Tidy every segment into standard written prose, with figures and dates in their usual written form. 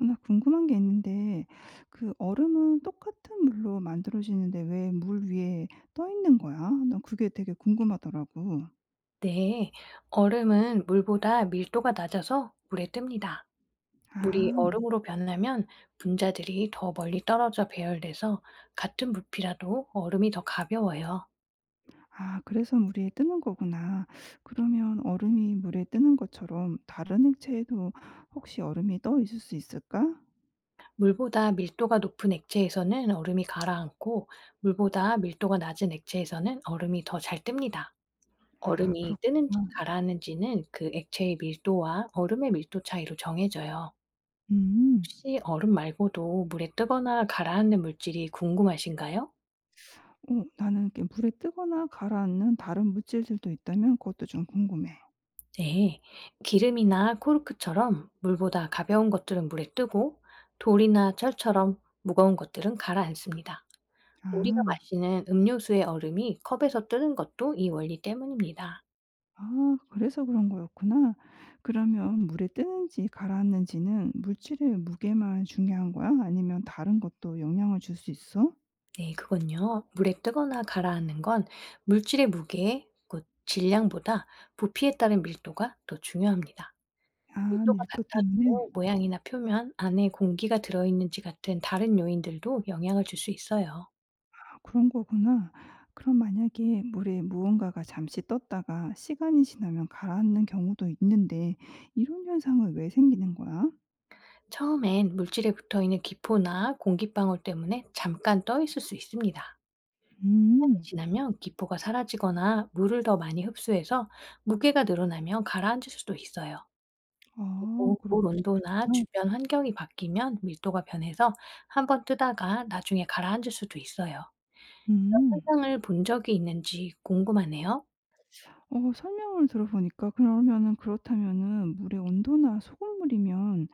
어나 궁금한 게 있는데 그 얼음은 똑같은 물로 만들어지는데 왜 물 위에 떠 있는 거야? 난 그게 되게 궁금하더라고. 네, 얼음은 물보다 밀도가 낮아서 물에 뜹니다. 물이 아. 얼음으로 변하면 분자들이 더 멀리 떨어져 배열돼서 같은 부피라도 얼음이 더 가벼워요. 아 그래서 물 위에 뜨는 거구나. 그러면 얼음이 물에 뜨는 것처럼 다른 액체에도 혹시 얼음이 떠 있을 수 있을까? 물보다 밀도가 높은 액체에서는 얼음이 가라앉고 물보다 밀도가 낮은 액체에서는 얼음이 더 잘 뜹니다. 아 얼음이 뜨는지 그렇구나. 가라앉는지는 그 액체의 밀도와 얼음의 밀도 차이로 정해져요. 음. 혹시 얼음 말고도 물에 뜨거나 가라앉는 물질이 궁금하신가요? 어 나는 이렇게 물에 뜨거나 가라앉는 다른 물질들도 있다면 그것도 좀 궁금해. 네, 기름이나 코르크처럼 물보다 가벼운 것들은 물에 뜨고 돌이나 철처럼 무거운 것들은 가라앉습니다. 우리가 아. 마시는 음료수의 얼음이 컵에서 뜨는 것도 이 원리 때문입니다. 아 그래서 그런 거였구나. 그러면 물에 뜨는지 가라앉는지는 물질의 무게만 중요한 거야? 아니면 다른 것도 영향을 줄 수 있어? 네, 그건요. 물에 뜨거나 가라앉는 건 물질의 무게, 곧 질량보다 부피에 따른 밀도가 더 중요합니다. 아 밀도가 밀도 같아도 때문에? 모양이나 표면 안에 공기가 들어있는지 같은 다른 요인들도 영향을 줄 수 있어요. 아 그런 거구나. 그럼 만약에 물에 무언가가 잠시 떴다가 시간이 지나면 가라앉는 경우도 있는데 이런 현상은 왜 생기는 거야? 처음엔 물질에 붙어 있는 기포나 공기방울 때문에 잠깐 떠 있을 수 있습니다. 시간이 음. 지나면 기포가 사라지거나 물을 더 많이 흡수해서 무게가 늘어나면 가라앉을 수도 있어요. 아 그렇물 구 온도나 나 주변 환경이 바뀌면 밀도가 변해서 한번 뜨다가 나중에 가라앉을 수도 있어요. 이런 음. 현상을 본 적이 있는지 궁금하네요. 어 설명을 들어보니까 그러면은 그렇다면은 물의 온도나 소금물이면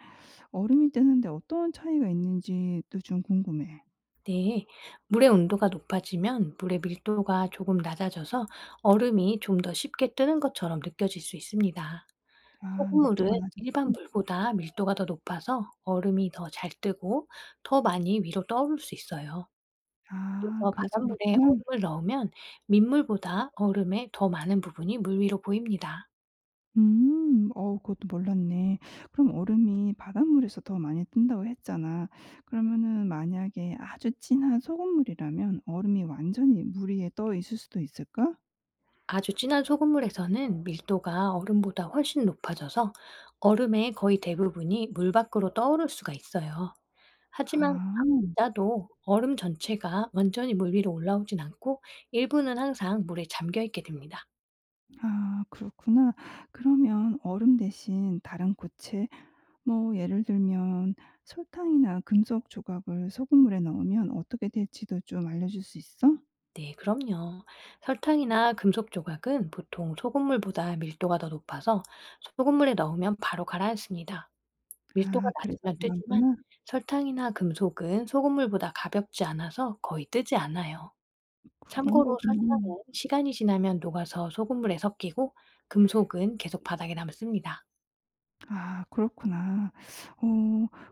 얼음이 뜨는데 어떤 차이가 있는지도 좀 궁금해. 네, 물의 온도가 높아지면 물의 밀도가 조금 낮아져서 얼음이 좀 더 쉽게 뜨는 것처럼 느껴질 수 있습니다. 아 소금물은 밀도가 일반 낮아져서? 물보다 밀도가 더 높아서 얼음이 더 잘 뜨고 더 많이 위로 떠오를 수 있어요. 아 그래서 그래서 그렇구나. 바닷물에 얼음을 넣으면 민물보다 얼음의 더 많은 부분이 물 위로 보입니다. 음. 어 그것도 몰랐네. 그럼 얼음이 바닷물에서 더 많이 뜬다고 했잖아. 그러면은 만약에 아주 진한 소금물이라면 얼음이 완전히 물 위에 떠 있을 수도 있을까? 아주 진한 소금물에서는 밀도가 얼음보다 훨씬 높아져서 얼음의 거의 대부분이 물 밖으로 떠오를 수가 있어요. 하지만 아무리 아. 짜도 얼음 전체가 완전히 물 위로 올라오진 않고 일부는 항상 물에 잠겨 있게 됩니다. 아 그렇구나. 그러면 얼음 대신 다른 고체 뭐 예를 들면 "설탕이나 금속 조각을 소금물에 넣으면 어떻게 될지도 좀 알려줄 수 있어?" 네, 그럼요. 설탕이나 금속 조각은 보통 소금물보다 밀도가 더 높아서 소금물에 넣으면 바로 가라앉습니다. 밀도가 아 그래서 낮으면 뜨지만 그런구나. 설탕이나 금속은 소금물보다 가볍지 않아서 거의 뜨지 않아요. 그런 참고로 거구나. 설탕은 시간이 지나면 녹아서 소금물에 섞이고 금속은 계속 바닥에 남습니다. 아 그렇구나. 어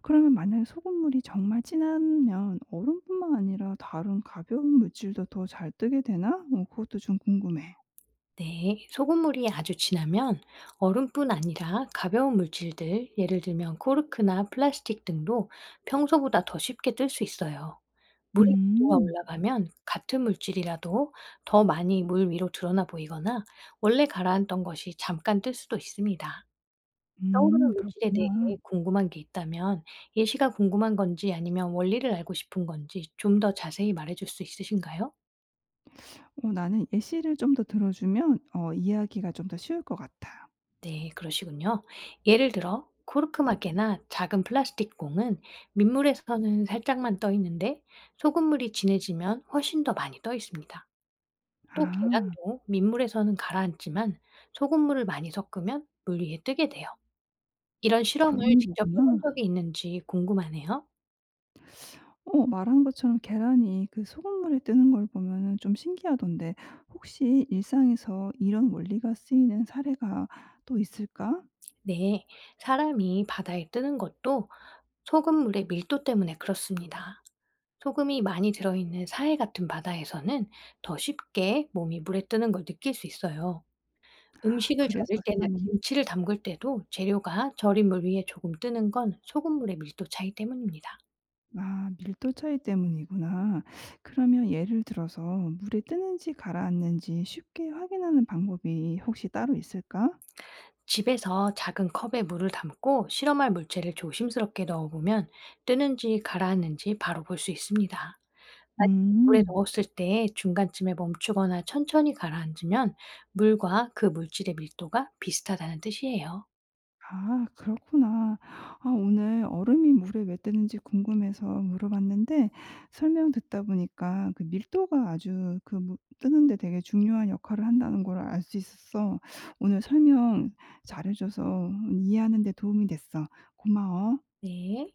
그러면 만약에 소금물이 정말 진하면 얼음뿐만 아니라 다른 가벼운 물질도 더 잘 뜨게 되나? 어 그것도 좀 궁금해. 네, 소금물이 아주 진하면 얼음뿐 아니라 가벼운 물질들, 예를 들면 코르크나 플라스틱 등도 평소보다 더 쉽게 뜰 수 있어요. 물의 밀도가 음. 올라가면 같은 물질이라도 더 많이 물 위로 드러나 보이거나 원래 가라앉던 것이 잠깐 뜰 수도 있습니다. 떠오르는 물질에 대해 그렇구나. 궁금한 게 있다면 예시가 궁금한 건지 아니면 원리를 알고 싶은 건지 좀 더 자세히 말해줄 수 있으신가요? 어 나는 예시를 좀 더 들어주면 어 이해하기가 좀 더 쉬울 것 같아. 네, 그러시군요. 예를 들어 코르크마개나 작은 플라스틱 공은 민물에서는 살짝만 떠 있는데 소금물이 진해지면 훨씬 더 많이 떠 있습니다. 또 아 계란도 민물에서는 가라앉지만 소금물을 많이 섞으면 물 위에 뜨게 돼요. 이런 실험을 그런 직접 해본 거구나. 적이 있는지 궁금하네요. 어 말한 것처럼 계란이 그 소금물에 뜨는 걸 보면은 좀 신기하던데 혹시 일상에서 이런 원리가 쓰이는 사례가 또 있을까? 네, 사람이 바다에 뜨는 것도 소금물의 밀도 때문에 그렇습니다. 소금이 많이 들어있는 사해 같은 바다에서는 더 쉽게 몸이 물에 뜨는 걸 느낄 수 있어요. 아 음식을 그래서 절일 때나 사람이 김치를 담글 때도 재료가 절인 물 위에 조금 뜨는 건 소금물의 밀도 차이 때문입니다. 아 밀도 차이 때문이구나. 그러면 예를 들어서 물에 뜨는지 가라앉는지 쉽게 확인하는 방법이 혹시 따로 있을까? 집에서 작은 컵에 물을 담고 실험할 물체를 조심스럽게 넣어보면 뜨는지 가라앉는지 바로 볼 수 있습니다. 만약 물에 음. 넣었을 때 중간쯤에 멈추거나 천천히 가라앉으면 물과 그 물질의 밀도가 비슷하다는 뜻이에요. 아 그렇구나. 아 오늘 얼음이 물에 왜 뜨는지 궁금해서 물어봤는데 설명 듣다 보니까 그 밀도가 아주 그 무 뜨는 데 되게 중요한 역할을 한다는 걸 알 수 있었어. 오늘 설명 잘해 줘서 이해하는 데 도움이 됐어. 고마워. 네.